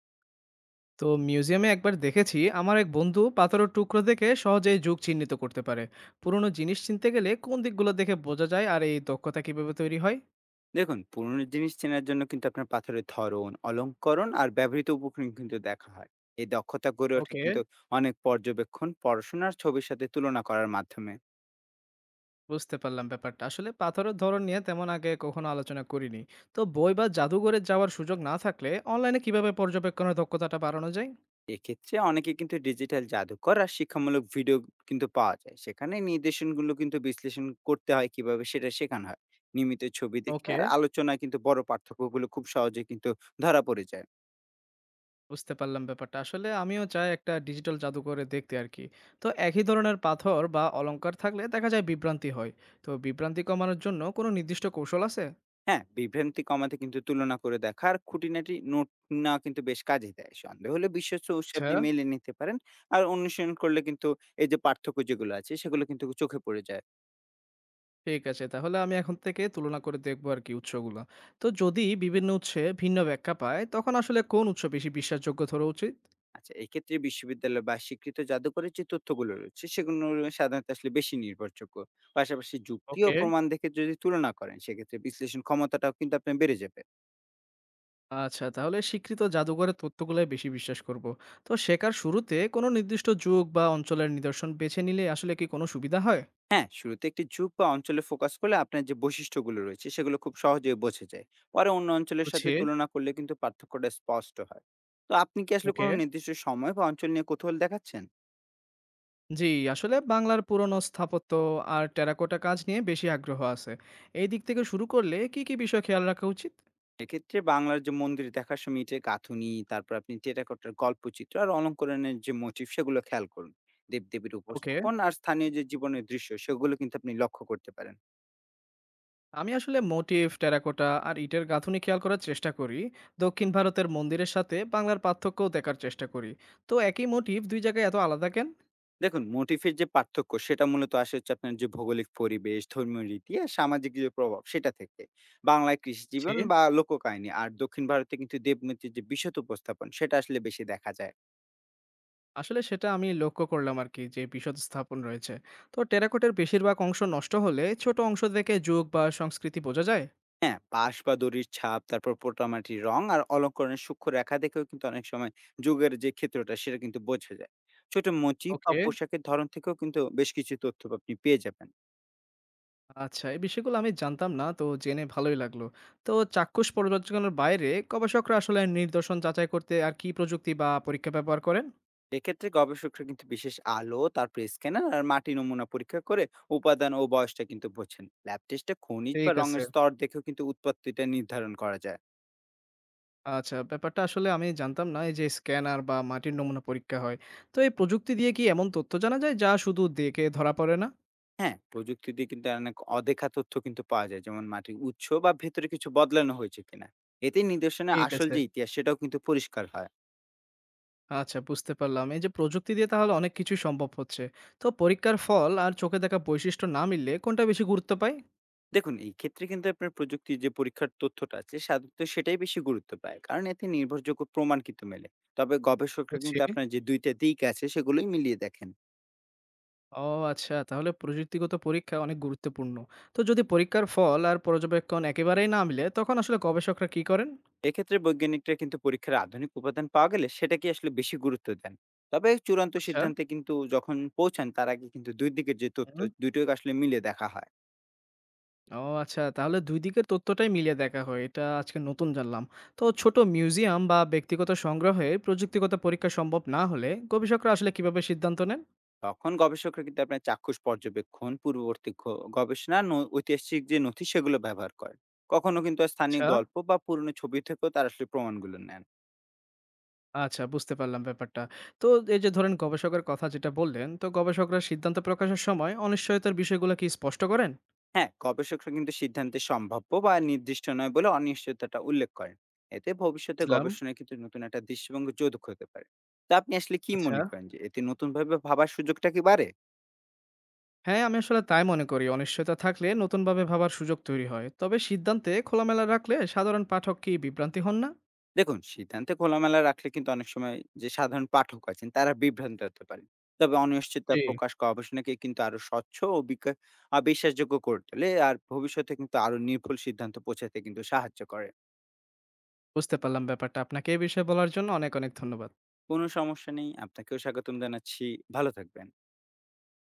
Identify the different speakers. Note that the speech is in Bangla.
Speaker 1: তো মিউজিয়ামে একবার দেখেছি আমার এক বন্ধু পাথরের টুকরো দেখে সহজেই যুগ চিহ্নিত করতে পারে। পুরনো জিনিস চিনতে গেলে কোন দিকগুলো দেখে বোঝা যায় আর এই দক্ষতা কিভাবে তৈরি হয়?
Speaker 2: দেখুন পুরনো জিনিস চেনার জন্য কিন্তু আপনার পাথরের ধরন, অলঙ্করণ আর ব্যবহৃত উপকরণ কিন্তু দেখা হয়। এই দক্ষতা গড়ে ওঠে
Speaker 1: ওকে।
Speaker 2: কিন্তু অনেক পর্যবেক্ষণ, পড়াশোনার ছবির সাথে তুলনা করার মাধ্যমে।
Speaker 1: বুঝতে পারলাম ব্যাপারটা। আসলে পাথরের ধরন নিয়ে তেমন আগে কখনো আলোচনা করিনি। তো বই বা জাদুঘরে যাওয়ার সুযোগ না থাকলে অনলাইনে কিভাবে পর্যবেক্ষণের দক্ষতাটা বাড়ানো যায়?
Speaker 2: এক্ষেত্রে অনেকে কিন্তু ডিজিটাল জাদুকর আর শিক্ষামূলক ভিডিও কিন্তু পাওয়া যায়। সেখানে নির্দেশনগুলো কিন্তু বিশ্লেষণ করতে হয় কিভাবে সেটা শেখানো হয়। নিয়মিত ছবি দেখে
Speaker 1: ওকে।
Speaker 2: আর আলোচনায় কিন্তু বড় পার্থক্যগুলো খুব সহজে কিন্তু ধরা পড়ে যায়।
Speaker 1: বুঝতে পারলাম ব্যাপারটা। আসলে আমিও চাই একটা ডিজিটাল জাদুঘরে দেখতে আর কি। তো একই ধরনের পাথর বা অলংকার থাকলে দেখা যায় বিভ্রান্তি হয়। তো বিভ্রান্তি কমানোর জন্য কোনো নির্দিষ্ট কৌশল আছে?
Speaker 2: হ্যাঁ, বিভ্রান্তি কমাতে কিন্তু তুলনা করে দেখা আর খুঁটিনাটি নোট নেওয়া কিন্তু বেশ কাজে দেয়। সন্দেহ হলে বিশ্বস্ত উৎসে
Speaker 1: আচ্ছা,
Speaker 2: আপনি মেলে নিতে পারেন। আর অনুশীলন করলে কিন্তু এই যে পার্থক্য যেগুলো আছে সেগুলো কিন্তু চোখে পড়ে যায়।
Speaker 1: ঠিক আছে। তাহলে আমি এখন থেকে তুলনা করে দেখবো আরকি উৎসগুলা। তো যদি বিভিন্ন উৎসে ভিন্ন ব্যাখ্যা পায়, তখন আসলে কোন উৎস বেশি বিশ্বাসযোগ্য ধরা উচিত?
Speaker 2: আচ্ছা, এক্ষেত্রে বিশ্ববিদ্যালয় বা স্বীকৃত জাদুঘরের যে তথ্যগুলো রয়েছে সেগুলো সাধারণত আসলে বেশি নির্ভরযোগ্য। পাশাপাশি যুক্তি ও
Speaker 1: ওকে।
Speaker 2: প্রমাণ দেখে যদি তুলনা করেন সেক্ষেত্রে বিশ্লেষণ ক্ষমতাটাও কিন্তু আপনার বেড়ে যাবে।
Speaker 1: আচ্ছা, তাহলে স্বীকৃত জাদুঘরের তথ্যগুলাই বেশি বিশ্বাস করব। তো শেখার শুরুতে কোনো নির্দিষ্ট যুগ বা অঞ্চলের নিদর্শন বেছে নিলে আসলে কি কোনো সুবিধা হয়?
Speaker 2: হ্যাঁ, শুরুতে একটি যুগ বা অঞ্চলে ফোকাস করলে আপনার যে বৈশিষ্ট্যগুলো রয়েছে সেগুলো খুব সহজেই বোঝা যায়। পরে অন্য অঞ্চলের
Speaker 1: বুঝছি।
Speaker 2: সাথে তুলনা করলে কিন্তু পার্থক্যটা স্পষ্ট হয়। তো আপনি কি আসলে
Speaker 1: ওকে।
Speaker 2: কোনো নির্দিষ্ট সময় বা অঞ্চল নিয়ে কৌতূহল দেখাচ্ছেন?
Speaker 1: জি, আসলে বাংলার পুরনো স্থাপত্য আর টেরাকোটা কাজ নিয়ে বেশি আগ্রহ আছে। এই দিক থেকে শুরু করলে কি, কি বিষয় খেয়াল রাখা উচিত?
Speaker 2: এক্ষেত্রে বাংলার যে মন্দির দেখার সময় ইটের গাঁথুনি, তারপর আপনি টেরাকোটার গল্পচিত্র আর অলঙ্করণের যে মোটিভ সেগুলো খেয়াল করুন। দেবদেবীর
Speaker 1: ওকে।
Speaker 2: উপস্থাপন আর স্থানীয় যে জীবনের দৃশ্য সেগুলো কিন্তু আপনি লক্ষ্য করতে পারেন।
Speaker 1: আমি আসলে মোটিভ টেরাকোটা আর ইটের গাঁথুনি খেয়াল করার চেষ্টা করি। দক্ষিণ ভারতের মন্দিরের সাথে বাংলার পার্থক্যও দেখার চেষ্টা করি। তো একই মোটিভ দুই জায়গায় এত আলাদা কেন?
Speaker 2: দেখুন, মোটিফের যে পার্থক্য সেটা মূলত আসে হচ্ছে আপনার যে ভৌগোলিক পরিবেশ, ধর্মীয় রীতি আর সামাজিক যে প্রভাব সেটা থেকে। বাংলায় কৃষি
Speaker 1: ছে,
Speaker 2: জীবন বা লোককাহিনী আর দক্ষিণ ভারতে কিন্তু দেবমূর্তির যে বিশদ উপস্থাপন সেটা আসলে বেশি দেখা যায়।
Speaker 1: আসলে সেটা আমি লক্ষ্য করলাম আর কি যে বিশদ স্থাপন রয়েছে। তো টেরাকোটের বেশিরভাগ অংশ নষ্ট হলে ছোট অংশ থেকে যুগ বা সংস্কৃতি বোঝা যায়?
Speaker 2: হ্যাঁ, বাঁশ বা দড়ির ছাপ, তারপর পোটামাটির রং আর অলঙ্করণের সূক্ষ্ম রেখা দেখেও কিন্তু অনেক সময় যুগের যে ক্ষেত্রটা সেটা কিন্তু বোঝা যায়। ছোট মোচি বা
Speaker 1: ওকে।
Speaker 2: পোশাকের ধরন থেকেও কিন্তু বেশ কিছু তথ্য আপনি পেয়ে যাবেন।
Speaker 1: আচ্ছা, এই বিষয়গুলো আমি জানতাম না, তো জেনে ভালোই লাগলো। তো চাক্ষুষ পর্যবেক্ষণের বাইরে গবেষকরা আসলে নিদর্শন যাচাই করতে আর কি প্রযুক্তি বা পরীক্ষা ব্যবহার করেন?
Speaker 2: এক্ষেত্রে গবেষকরা কিন্তু বিশেষ আলো, তারপর স্ক্যানার আর মাটি নমুনা পরীক্ষা করে উপাদান ও বয়সটা কিন্তু বোঝেন। ল্যাব টেস্টে খনিজ বা
Speaker 1: ঠিক আছে।
Speaker 2: রঙের স্তর দেখেও কিন্তু উৎপত্তিটা নির্ধারণ করা যায়।
Speaker 1: আচ্ছা, ব্যাপারটা আসলে আমি জানতাম না। এই যে স্ক্যানার বা মাটির নমুনা পরীক্ষা হয়। তো এই প্রযুক্তি দিয়ে কি এমন তথ্য জানা যায় যা শুধু দেখে ধরা পড়ে না?
Speaker 2: হ্যাঁ, প্রযুক্তি দিয়ে কিন্তু অনেক অদেখা তথ্য কিন্তু পাওয়া যায়, যেমন মাটির উৎস বা ভেতরে কিছু বদলানো হয়েছে কিনা। এতে নিদর্শনে
Speaker 1: ঠিক
Speaker 2: আসল
Speaker 1: আছে।
Speaker 2: যে ইতিহাস সেটাও কিন্তু পরিষ্কার হয়।
Speaker 1: আচ্ছা, বুঝতে পারলাম। এই যে প্রযুক্তি দিয়ে তাহলে অনেক কিছুই সম্ভব হচ্ছে। তো পরীক্ষার ফল আর চোখে দেখা বৈশিষ্ট্য না মিললে কোনটা বেশি গুরুত্ব পায়?
Speaker 2: দেখুন, এই ক্ষেত্রে কিন্তু আপনার প্রযুক্তির যে পরীক্ষার তথ্যটা আছে সাধারণত সেটাই বেশি গুরুত্ব পায়, কারণ এতে নির্ভরযোগ্য প্রমাণ কিন্তু মেলে। তবে গবেষকরা
Speaker 1: বুঝছি।
Speaker 2: কিন্তু আপনার যে দুইটা দিক আছে সেগুলোই মিলিয়ে দেখেন।
Speaker 1: ও আচ্ছা, তাহলে প্রযুক্তিগত পরীক্ষা অনেক গুরুত্বপূর্ণ। তো যদি পরীক্ষার ফল আর পর্যবেক্ষণ একেবারেই না মিলে তখন আসলে গবেষকরা কি করেন?
Speaker 2: এক্ষেত্রে বৈজ্ঞানিকরা কিন্তু পরীক্ষার আধুনিক উপাদান পাওয়া গেলে সেটাকে আসলে বেশি গুরুত্ব দেন। তবে চূড়ান্ত
Speaker 1: আচ্ছা।
Speaker 2: সিদ্ধান্তে কিন্তু যখন পৌঁছান, তার আগে কিন্তু দুই দিকের যে তথ্য
Speaker 1: হুম।
Speaker 2: দুটোই আসলে মিলে দেখা হয়।
Speaker 1: ও আচ্ছা, তাহলে দুই দিকের তথ্যটাই মিলিয়ে দেখা হয়, এটা আজকে নতুন জানলাম। তো ছোট মিউজিয়াম বা ব্যক্তিগত সংগ্রহে প্রযুক্তিগত পরীক্ষা সম্ভব না হলে গবেষকরা আসলে কিভাবে সিদ্ধান্ত নেন?
Speaker 2: তখন গবেষকরা কিন্তু আপনার চাক্ষুষ পর্যবেক্ষণ, পূর্ববর্তী গবেষণা, ঐতিহাসিক যে নথি সেগুলো ব্যবহার করেন। কখনো কিন্তু স্থানীয়
Speaker 1: আচ্ছা।
Speaker 2: গল্প বা পুরনো ছবি থেকেও তার আসলে প্রমাণগুলো নেন।
Speaker 1: আচ্ছা, বুঝতে পারলাম ব্যাপারটা। তো এই যে ধরেন গবেষকের কথা যেটা বললেন, তো গবেষকরা সিদ্ধান্ত প্রকাশের সময় অনিশ্চয়তার বিষয়গুলো কি স্পষ্ট করেন?
Speaker 2: হ্যাঁ, গবেষকরা কিন্তু সিদ্ধান্তে সম্ভাব্য বা নির্দিষ্ট নয় বলে অনিশ্চয়তাটা উল্লেখ করেন। এতে ভবিষ্যতে
Speaker 1: বুঝলাম।
Speaker 2: গবেষণায় কিন্তু নতুন একটা দৃষ্টিভঙ্গি যোগ হতে পারে। তা আপনি আসলে কি
Speaker 1: আচ্ছা,
Speaker 2: মনে করেন, যে এতে নতুন ভাবে ভাবার সুযোগটা কি বাড়ে?
Speaker 1: হ্যাঁ আমি আসলে তাই মনে করি, অনিশ্চয়তা থাকলে নতুনভাবে ভাবার সুযোগ তৈরি হয়। তবে সিদ্ধান্তে খোলামেলা রাখলে সাধারণ পাঠক কি বিভ্রান্তি হন না?
Speaker 2: দেখুন, সিদ্ধান্তে খোলামেলা রাখলে কিন্তু অনেক সময় যে সাধারণ পাঠক আছেন তারা বিভ্রান্ত হতে পারেন। তবে অনিশ্চয়তা
Speaker 1: জি।
Speaker 2: প্রকাশ গবেষণাকে কিন্তু আরো স্বচ্ছ ও বিকা- আহ বিশ্বাসযোগ্য করে তোলে, আর ভবিষ্যতে কিন্তু আরো নির্ভুল সিদ্ধান্ত পৌঁছাতে কিন্তু সাহায্য করে।
Speaker 1: বুঝতে পারলাম ব্যাপারটা। আপনাকে এই বিষয়ে বলার জন্য অনেক, অনেক ধন্যবাদ।
Speaker 2: কোনো সমস্যা নেই, আপনাকেও স্বাগতম জানাচ্ছি। ভালো থাকবেন।